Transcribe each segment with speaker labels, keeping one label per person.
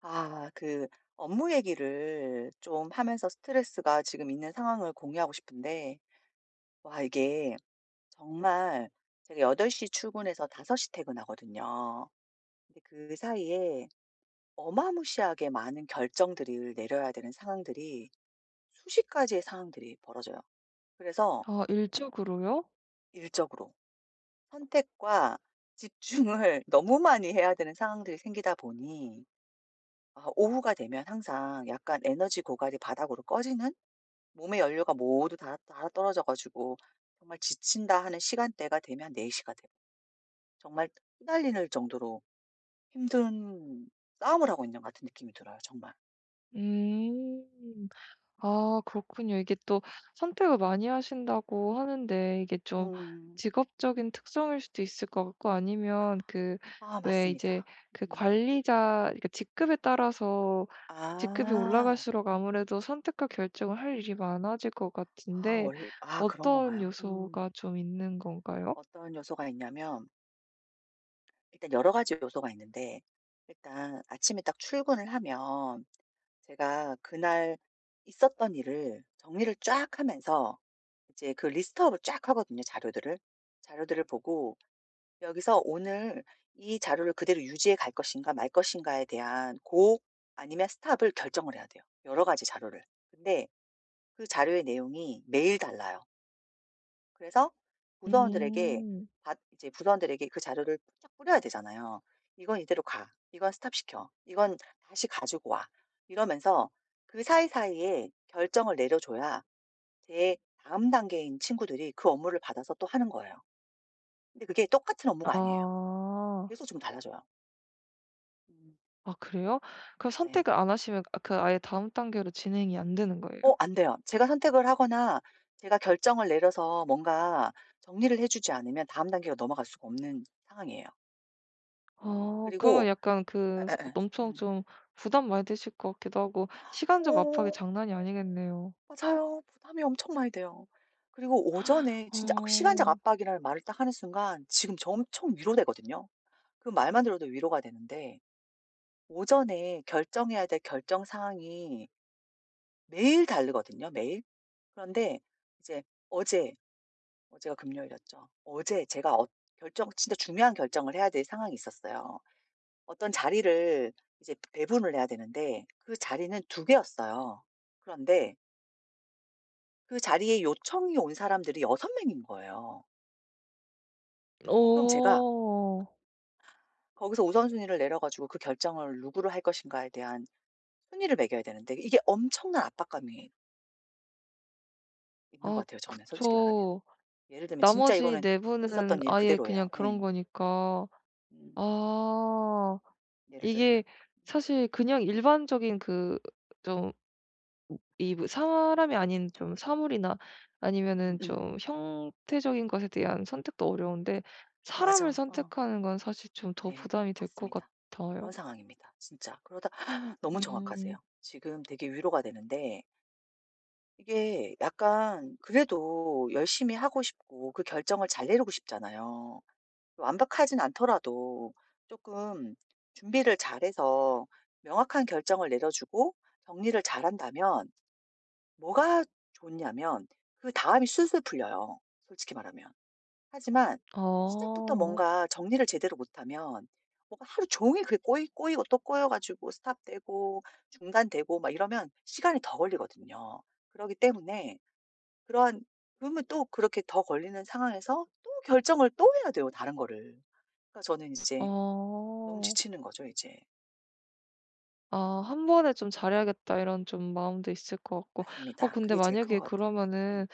Speaker 1: 아, 그 업무 얘기를 좀 하면서 스트레스가 지금 있는 상황을 공유하고 싶은데, 와, 이게 정말 제가 8시 출근해서 5시 퇴근하거든요. 근데 그 사이에 어마무시하게 많은 결정들을 내려야 되는 상황들이 수십 가지의 상황들이 벌어져요. 그래서
Speaker 2: 아 일적으로요?
Speaker 1: 일적으로 선택과 집중을 너무 많이 해야 되는 상황들이 생기다 보니, 아, 오후가 되면 항상 약간 에너지 고갈이 바닥으로 꺼지는 몸의 연료가 모두 다떨어져 가지고 정말 지친다 하는 시간대가 되면 4 시가 돼요. 정말 후달리는 정도로 힘든 싸움을 하고 있는 것 같은 느낌이 들어요 정말.
Speaker 2: 음. 아 그렇군요. 이게 또 선택을 많이 하신다고 하는데 이게 좀
Speaker 1: 음.
Speaker 2: 직업적인 특성일 수도 있을 것 같고, 아니면 그
Speaker 1: 아
Speaker 2: 왜
Speaker 1: 맞습니다.
Speaker 2: 이제 그
Speaker 1: 음.
Speaker 2: 관리자, 그러니까 직급에 따라서 직급이
Speaker 1: 아.
Speaker 2: 올라갈수록 아무래도 선택과 결정을 할 일이 많아질 것
Speaker 1: 아
Speaker 2: 같은데,
Speaker 1: 원 아 그런
Speaker 2: 어떤
Speaker 1: 건가요? 음.
Speaker 2: 요소가 좀 있는 건가요?
Speaker 1: 어떤 요소가 있냐면 일단 여러 가지 요소가 있는데, 일단 아침에 딱 출근을 하면 제가 그날 있었던 일을 정리를 쫙 하면서 이제 그 리스트업을 쫙 하거든요, 자료들을. 자료들을 보고 여기서 오늘 이 자료를 그대로 유지해 갈 것인가 말 것인가에 대한 고 아니면 스탑을 결정을 해야 돼요. 여러 가지 자료를. 근데 그 자료의 내용이 매일 달라요. 그래서 부서원들에게
Speaker 2: 음.
Speaker 1: 받 이제 부서원들에게 그 자료를 쫙 뿌려야 되잖아요. "이건 이대로 가. 이건 스탑시켜. 이건 다시 가지고 와." 이러면서 그 사이사이에 결정을 내려줘야 제 다음 단계인 친구들이 그 업무를 받아서 또 하는 거예요. 근데 그게 똑같은 업무가 아니에요.
Speaker 2: 아.
Speaker 1: 계속 좀 달라져요. 음.
Speaker 2: 아 그래요? 그
Speaker 1: 네.
Speaker 2: 선택을 안 하시면, 아 그 아예 다음 단계로 진행이 안 되는 거예요?
Speaker 1: 어 안 돼요. 제가 선택을 하거나 제가 결정을 내려서 뭔가 정리를 해 주지 않으면 다음 단계로 넘어갈 수가 없는 상황이에요.
Speaker 2: 어, 그러면
Speaker 1: 그리고
Speaker 2: 약간
Speaker 1: 에,
Speaker 2: 그 서
Speaker 1: 에, 에.
Speaker 2: 엄청
Speaker 1: 음.
Speaker 2: 좀 부담 많이 되실 것 같기도 하고 시간적 압박이
Speaker 1: 어
Speaker 2: 장난이 아니겠네요.
Speaker 1: 맞아요. 부담이 엄청 많이 돼요. 그리고 오전에 진짜 악 시간적
Speaker 2: 어.
Speaker 1: 압박이라는 말을 딱 하는 순간 지금 저 엄청 위로되거든요. 그 말만 들어도 위로가 되는데 오전에 결정해야 될 결정 상황이 매일 다르거든요, 매일. 그런데 이제 어제, 어제가 금요일이었죠. 어제 제가 어 결정 진짜 중요한 결정을 해야 될 상황이 있었어요. 어떤 자리를 이제 배분을 해야 되는데 그 자리는 두 개였어요. 그런데 그 자리에 요청이 온 사람들이 여섯 명인 거예요. 그럼 제가
Speaker 2: 어.
Speaker 1: 거기서 우선순위를 내려 가지고 그 결정을 누구로 할 것인가에 대한 순위를 매겨야 되는데 이게 엄청난 압박감이 있는 것
Speaker 2: 아
Speaker 1: 같아요 저는 솔직히 말하면.
Speaker 2: 그쵸.
Speaker 1: 예를 들면 진짜
Speaker 2: 나머지
Speaker 1: 이거는
Speaker 2: 네 분은
Speaker 1: 있었던 일
Speaker 2: 아예
Speaker 1: 그대로예요.
Speaker 2: 그냥 그런
Speaker 1: 예.
Speaker 2: 거니까.
Speaker 1: 음.
Speaker 2: 아
Speaker 1: 예를 들면.
Speaker 2: 이게 사실 그냥 일반적인 그좀 이 뭐 사람이 아닌 좀 사물이나
Speaker 1: 음
Speaker 2: 아니면은
Speaker 1: 음.
Speaker 2: 좀 형태적인 것에 대한 선택도 어려운데, 사람을
Speaker 1: 맞아. 어.
Speaker 2: 선택하는 건 사실 좀 더
Speaker 1: 네.
Speaker 2: 부담이 될 것
Speaker 1: 맞습니다. 그런
Speaker 2: 같아요.
Speaker 1: 상황입니다 진짜. 그러다 너무
Speaker 2: 음.
Speaker 1: 정확하세요. 지금 되게 위로가 되는데 이게 약간 그래도 열심히 하고 싶고 그 결정을 잘 내리고 싶잖아요. 완벽하진 않더라도 조금 준비를 잘해서 명확한 결정을 내려주고 정리를 잘한다면 뭐가 좋냐면 그다음이 술술 풀려요, 솔직히 말하면. 하지만 시작부터
Speaker 2: 어.
Speaker 1: 뭔가 정리를 제대로 못하면 뭔가 하루 종일 그게 꼬이고 또 꼬여 가지고 스탑되고 중단되고 막 이러면 시간이 더 걸리거든요. 그러기 때문에 그러한 그러면 또 그렇게 더 걸리는 상황에서 또 결정을 또 해야 돼요, 다른 거를. 그러니까 저는 이제 너무
Speaker 2: 어.
Speaker 1: 지치는 거죠, 이제.
Speaker 2: 아 '한 번에 좀 잘해야겠다.' 이런 좀 마음도 있을 것 같고. 어
Speaker 1: 맞습니다.
Speaker 2: 근데
Speaker 1: 그게 제일 큰 것
Speaker 2: 만약에
Speaker 1: 같아요.
Speaker 2: 그러면은
Speaker 1: 음.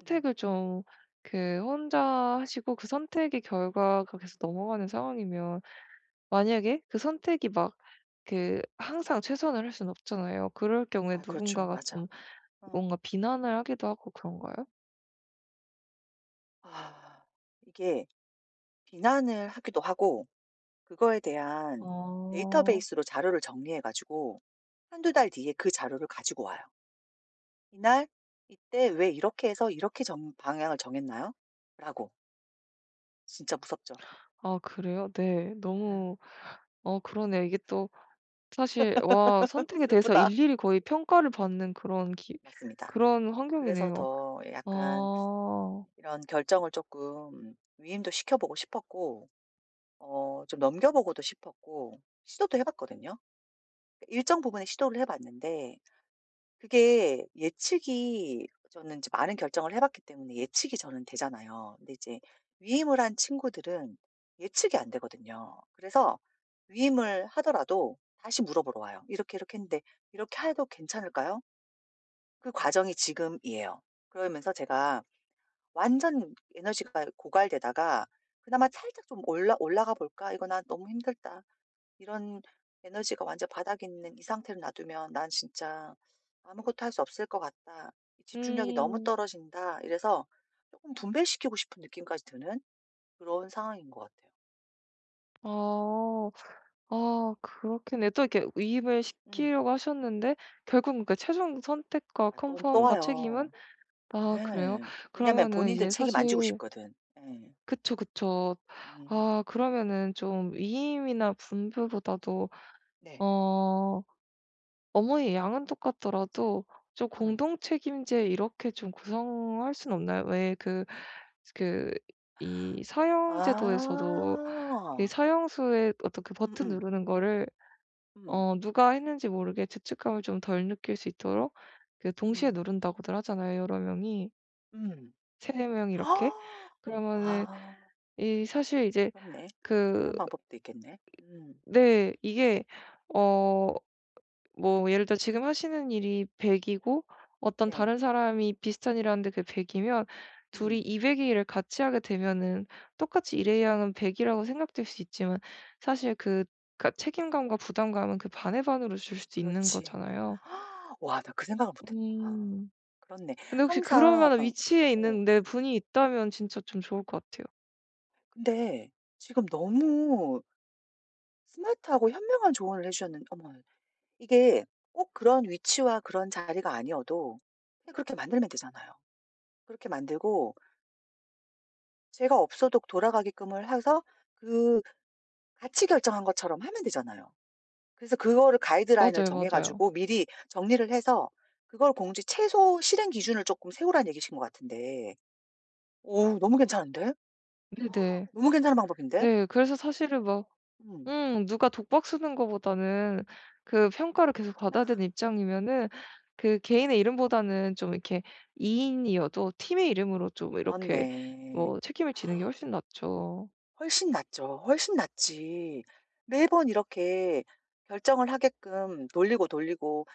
Speaker 1: 음.
Speaker 2: 좀 그 혼자 하시고 그 선택의 결과가 계속 넘어가는 상황이면, 만약에 그 선택이 막 그 항상 최선을 할 수는 없잖아요. 그럴 경우에
Speaker 1: 아 그렇죠.
Speaker 2: 누군가가
Speaker 1: 맞아.
Speaker 2: 좀
Speaker 1: 어.
Speaker 2: 뭔가 비난을 하기도 하고 그런가요?
Speaker 1: 아 이게 비난을 하기도 하고 그거에 대한
Speaker 2: 어.
Speaker 1: 데이터베이스로 자료를 정리해 가지고 한두 달 뒤에 그 자료를 가지고 와요. "이날 이때 왜 이렇게 해서 이렇게 정 방향을 정했나요?"라고. 진짜 무섭죠.
Speaker 2: 아 그래요? 네.
Speaker 1: 음,
Speaker 2: 너무 어 그러네요. 이게 또 사실 와 선택에 대해서
Speaker 1: 슬프다.
Speaker 2: 일일이 거의 평가를 받는 그런 기
Speaker 1: 맞습니다.
Speaker 2: 그런
Speaker 1: 그래서
Speaker 2: 환경이네요.
Speaker 1: 더 약간
Speaker 2: 아.
Speaker 1: 이런 결정을 조금 위임도 시켜보고 싶었고 어 좀 넘겨보고도 싶었고 시도도 해 봤거든요. 일정 부분에 시도를 해 봤는데 그게 예측이 저는 이제 많은 결정을 해 봤기 때문에 예측이 저는 되잖아요. 근데 이제 위임을 한 친구들은 예측이 안 되거든요. 그래서 위임을 하더라도 다시 물어보러 와요. "이렇게, 이렇게 했는데 이렇게 해도 괜찮을까요?" 그 과정이 지금이에요. 그러면서 제가 완전 에너지가 고갈되다가 그나마 살짝 좀 올라 '올라가 볼까? 이거 난 너무 힘들다.' 이런 에너지가 완전 바닥에 있는 이 상태로 놔두면 난 진짜 아무것도 할 수 없을 것 같다. 이 '집중력이 너무
Speaker 2: 음.
Speaker 1: 떨어진다.' 이래서 조금 분배시키고 싶은 느낌까지 드는 그런 상황인 것 같아요.
Speaker 2: 아. 아 그렇겠네요. 또 이렇게 위임을
Speaker 1: 음.
Speaker 2: 시키려고 하셨는데 결국은 그 최종 선택과
Speaker 1: 아 또 또
Speaker 2: 컨펌과 책임은.
Speaker 1: 와요.
Speaker 2: 아 그래요?
Speaker 1: 예. 왜냐면
Speaker 2: 그러면은
Speaker 1: 본인들
Speaker 2: 이제
Speaker 1: 책임 안 지고
Speaker 2: 사실
Speaker 1: 싶거든. 예.
Speaker 2: 그쵸, 그쵸.
Speaker 1: 음.
Speaker 2: 아 그러면은 좀 위임이나 분배보다도
Speaker 1: 네.
Speaker 2: 어 어머니의 양은 똑같더라도 좀
Speaker 1: 음.
Speaker 2: 공동 책임제 이렇게 좀 구성할 수는 없나요? 왜 그 그 이 사형 제도에서도 이
Speaker 1: 아.
Speaker 2: 사형수의 어떤 그 버튼
Speaker 1: 음음.
Speaker 2: 누르는 거를
Speaker 1: 음. 음.
Speaker 2: 어 누가 했는지 모르게 죄책감을 좀 덜 느낄 수 있도록 그 동시에
Speaker 1: 음.
Speaker 2: 누른다고들 하잖아요, 여러 명이.
Speaker 1: 음.
Speaker 2: 세 명 이렇게. 네. 그러면은
Speaker 1: 아
Speaker 2: 이 사실 이제
Speaker 1: 그렇네.
Speaker 2: 그
Speaker 1: 그런 방법도 있겠네. 음.
Speaker 2: 네 이게 어 뭐 예를 들어 지금 하시는 일이 100 이고 어떤
Speaker 1: 네.
Speaker 2: 다른 사람이 비슷한 일을 하는데 그게 100 이면 둘이
Speaker 1: 음.
Speaker 2: 200 의 일을 같이 하게 되면은 똑같이 일의 양은 100 이라고 생각될 수 있지만 사실 그 가 책임감과 부담감은 그 반의 반으로 줄 수도 있는
Speaker 1: 그렇지.
Speaker 2: 거잖아요.
Speaker 1: 와 나 그 생각을 못 했다.
Speaker 2: 음.
Speaker 1: 그렇네.
Speaker 2: 근데 혹시 그럴
Speaker 1: 항상
Speaker 2: 만한 위치에
Speaker 1: 어
Speaker 2: 있는 내 분이 있다면 진짜 좀 좋을 것 같아요.
Speaker 1: 근데 지금 너무 스마트하고 현명한 조언을 해 주셨는 어머 이게 꼭 그런 위치와 그런 자리가 아니어도 그냥 그렇게 만들면 되잖아요. 그렇게 만들고 제가 없어도 돌아가게끔을 해서 그 같이 결정한 것처럼 하면 되잖아요. 그래서 그거를 가이드라인을
Speaker 2: 맞아요,
Speaker 1: 정해
Speaker 2: 맞아요.
Speaker 1: 가지고 미리 정리를 해서 그걸 공지 최소 실행 기준을 조금 세우라는 얘기신 것 같은데 오 너무 괜찮은데?
Speaker 2: 네네.
Speaker 1: 너무 괜찮은 방법인데?
Speaker 2: 네. 그래서 사실은 막
Speaker 1: 음.
Speaker 2: 누가 독박 쓰는 거보다는 그 평가를 계속 받아야 되는 입장이면은 그 개인의 이름보다는 좀 이렇게 2 인이어도 팀의 이름으로 좀 이렇게
Speaker 1: 그렇네.
Speaker 2: 뭐 책임을 지는 게 훨씬 낫죠.
Speaker 1: 훨씬 낫죠. 훨씬 낫지. 매번 이렇게 결정을 하게끔 돌리고 돌리고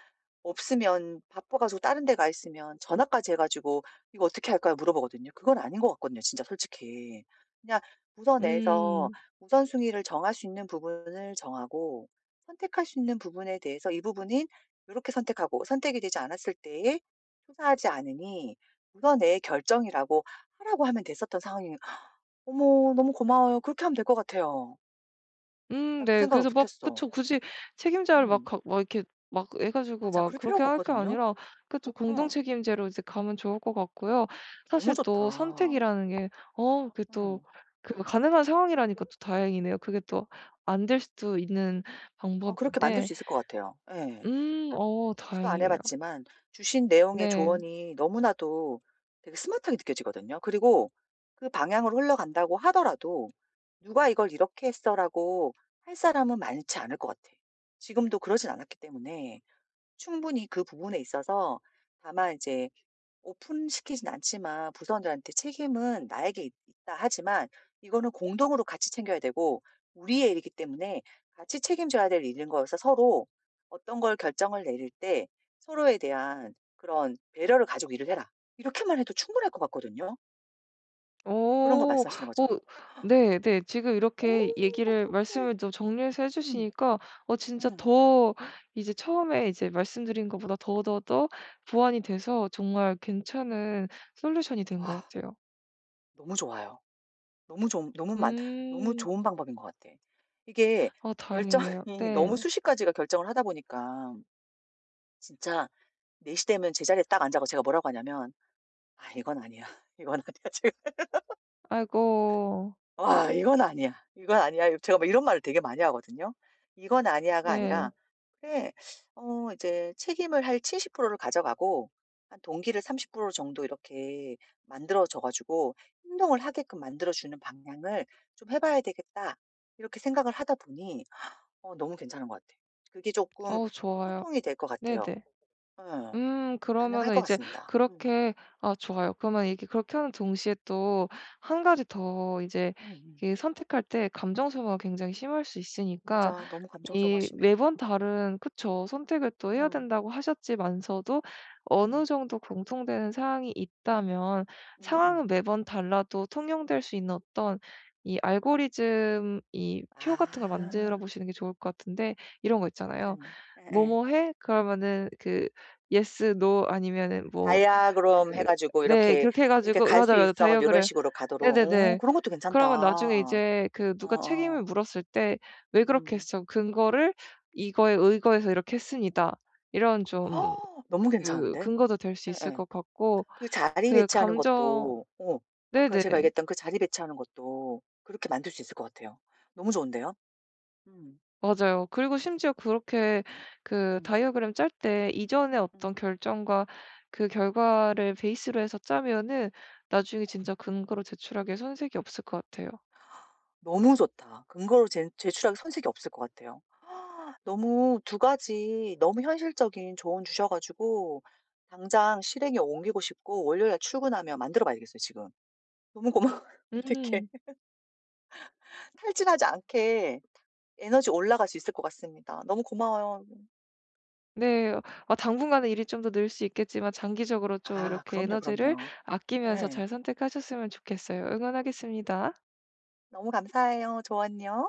Speaker 1: 없으면 바빠 가지고 다른 데 가 있으면 전화까지 해 가지고 "이거 어떻게 할까요?" 물어보거든요. 그건 아닌 것 같거든요 진짜 솔직히. 그냥 우선에서
Speaker 2: 음.
Speaker 1: 우선순위를 정할 수 있는 부분을 정하고 선택할 수 있는 부분에 대해서 이 부분은 이렇게 선택하고 선택이 되지 않았을 때에 투사하지 않으니 우선의 결정이라고 하라고 하면 됐었던 상황이 어머 너무 고마워요. 그렇게 하면 될 것 같아요. 나 그
Speaker 2: 네.
Speaker 1: 생각을
Speaker 2: 그래서
Speaker 1: 못
Speaker 2: 막
Speaker 1: 했어.
Speaker 2: 그쵸. 굳이 책임자를 막
Speaker 1: 음.
Speaker 2: 가- 막 이렇게 막 해 가지고
Speaker 1: 맞아.
Speaker 2: 막
Speaker 1: 그럴
Speaker 2: 그렇게
Speaker 1: 필요가
Speaker 2: 할 게
Speaker 1: 없거든요.
Speaker 2: 아니라 그쵸. 공동
Speaker 1: 응.
Speaker 2: 책임제로 이제 가면 좋을 것 같고요.
Speaker 1: 너무
Speaker 2: 사실
Speaker 1: 좋다.
Speaker 2: 또 선택이라는 게 어 그게 또
Speaker 1: 음.
Speaker 2: 그 가능한 상황이라니까 또 다행이네요. 그게 또 안 될 수도 있는
Speaker 1: 어 그렇게 만들
Speaker 2: 방법인데.
Speaker 1: 수 있을 것 같아요. 예.
Speaker 2: 어
Speaker 1: 시도 안 해
Speaker 2: 다행이에요.
Speaker 1: 봤지만 주신 내용의
Speaker 2: 네.
Speaker 1: 조언이 너무나도 되게 스마트하게 느껴지거든요. 그리고 그 방향으로 흘러간다고 하더라도 '누가 이걸 이렇게 했어.'라고 할 사람은 많지 않을 것 같아. 지금도 그러진 않았기 때문에 충분히 그 부분에 있어서 다만 이제 오픈시키진 않지만 부서원들한테 책임은 나에게 있 있다 하지만 이거는 공동으로 같이 챙겨야 되고 우리의 일이기 때문에 같이 책임져야 될 일인 거여서 서로 어떤 걸 결정을 내릴 때 서로에 대한 그런 배려를 가지고 일을 해라. 이렇게만 해도 충분할 것 같거든요. 그런 걸
Speaker 2: 오,
Speaker 1: 말씀하시는
Speaker 2: 어
Speaker 1: 거죠?
Speaker 2: 네 네. 지금
Speaker 1: 어머
Speaker 2: 이렇게 얘기를
Speaker 1: 어떡해.
Speaker 2: 말씀을 좀 정리해서 해
Speaker 1: 음.
Speaker 2: 주시니까 어 진짜
Speaker 1: 음.
Speaker 2: 더 이제 처음에 이제 말씀드린 것보다 더 더 더 보완이 돼서 정말 괜찮은 솔루션이 된 것
Speaker 1: 와
Speaker 2: 같아요.
Speaker 1: 너무 좋아요. 너무 좋은 너무 많 너무
Speaker 2: 음.
Speaker 1: 좋은 방법인 것 같아. 이게
Speaker 2: 아
Speaker 1: 결정이
Speaker 2: 다행이에요.
Speaker 1: 너무
Speaker 2: 네.
Speaker 1: 수십 가지가 결정을 하다 보니까 진짜 4시 되면 제자리에 딱 앉아서 제가 뭐라고 하냐면 "아 이건 아니야. 이건 아니야." 지금
Speaker 2: 아이고.
Speaker 1: "와 이건 아니야. 이건 아니야." 제가 막 이런 말을 되게 많이 하거든요. "이건 아니야."가 아니라
Speaker 2: 네.
Speaker 1: "그래 어 이제 책임을 할 70%를 가져가고 한 동기를 30% 정도 이렇게 만들어 줘 가지고 행동을 하게끔 만들어 주는 방향을 좀 해 봐야 되겠다." 이렇게 생각을 하다 보니 어 너무 괜찮은 것 같아요. 그게 쪼끔
Speaker 2: 어우 좋아요.
Speaker 1: 소통이 될 것 같아요.
Speaker 2: 네네.
Speaker 1: 예. 가능할
Speaker 2: 그러면은
Speaker 1: 것
Speaker 2: 이제
Speaker 1: 같습니다. 음.
Speaker 2: 그렇게 아 좋아요. 그러면 이게 그렇게 하는 동시에 또 한 가지 더 이제
Speaker 1: 응 응.
Speaker 2: 이게 선택할 때 감정 소모가 굉장히 심할 수 있으니까
Speaker 1: 맞아. 너무 감정소모가
Speaker 2: 이
Speaker 1: 심해.
Speaker 2: 매번 다른 그쵸. 선택을 또 해야
Speaker 1: 어.
Speaker 2: 된다고 하셨지만서도
Speaker 1: 응
Speaker 2: 어느 정도 공통되는 사항이 있다면
Speaker 1: 응, 응.
Speaker 2: 상황은 매번 달라도 통용될 수 있는 어떤 이 알고리즘 이
Speaker 1: 아
Speaker 2: 표 같은 걸 만들어 보시는 게 좋을 것 같은데, 이런 거 있잖아요.
Speaker 1: 괜찮네. 예예.
Speaker 2: "뭐뭐 해." 그러면은 그 yes, no 아니면은 뭐
Speaker 1: 다이아그램 해
Speaker 2: 그
Speaker 1: 가지고
Speaker 2: 네
Speaker 1: 이렇게,
Speaker 2: 그렇게 해
Speaker 1: 이렇게
Speaker 2: 가지고
Speaker 1: 갈
Speaker 2: 맞아
Speaker 1: 수
Speaker 2: 맞아
Speaker 1: 있어 가지고 이런
Speaker 2: 다이어그램.
Speaker 1: 식으로 가도록. 오
Speaker 2: 네네네.
Speaker 1: 그런 것도
Speaker 2: 그러면 나중에
Speaker 1: 괜찮다.
Speaker 2: 이제 그 누가
Speaker 1: 어어.
Speaker 2: 책임을 물었을 때 "왜 그렇게
Speaker 1: 음.
Speaker 2: 했어?" "근거를 이거에 의거해서 이렇게 했습니다." 이런 좀
Speaker 1: 허, 너무
Speaker 2: 그
Speaker 1: 괜찮은데?
Speaker 2: 근거도 될 수 있을
Speaker 1: 예예.
Speaker 2: 것 같고
Speaker 1: 그 자리
Speaker 2: 그
Speaker 1: 배치하는
Speaker 2: 감정
Speaker 1: 것도 어 아까
Speaker 2: 네네.
Speaker 1: 제가 얘기했던 그 자리 배치하는 것도 그렇게 만들 수 있을 것 같아요. 너무 좋은데요? 음.
Speaker 2: 맞아요. 그리고 심지어 그렇게 그
Speaker 1: 음.
Speaker 2: 다이어그램 짤 때 이전의
Speaker 1: 음.
Speaker 2: 어떤 결정과 그 결과를 베이스로 해서 짜면은 나중에 진짜 근거로 제출하기에 손색이 없을 것 같아요.
Speaker 1: 너무 좋다. 근거로 제출하기 손색이 없을 것 같아요. 너무 두 가지 너무 현실적인 조언 주셔 가지고 당장 실행에 옮기고 싶고 월요일 에 출근하면 만들어 봐야겠어요 지금. 너무 고마워요. 어떻게
Speaker 2: 음.
Speaker 1: 탈진하지 않게 에너지 올라갈 수 있을 것 같습니다. 너무 고마워요.
Speaker 2: 네. 어, 아 당분간은 일이 좀 더 늘 수 있겠지만 장기적으로 좀
Speaker 1: 아
Speaker 2: 이렇게
Speaker 1: 그럼요,
Speaker 2: 에너지를
Speaker 1: 그럼요.
Speaker 2: 아끼면서
Speaker 1: 예.
Speaker 2: 잘 선택하셨으면 좋겠어요. 응원하겠습니다.
Speaker 1: 너무 감사해요. 조언요.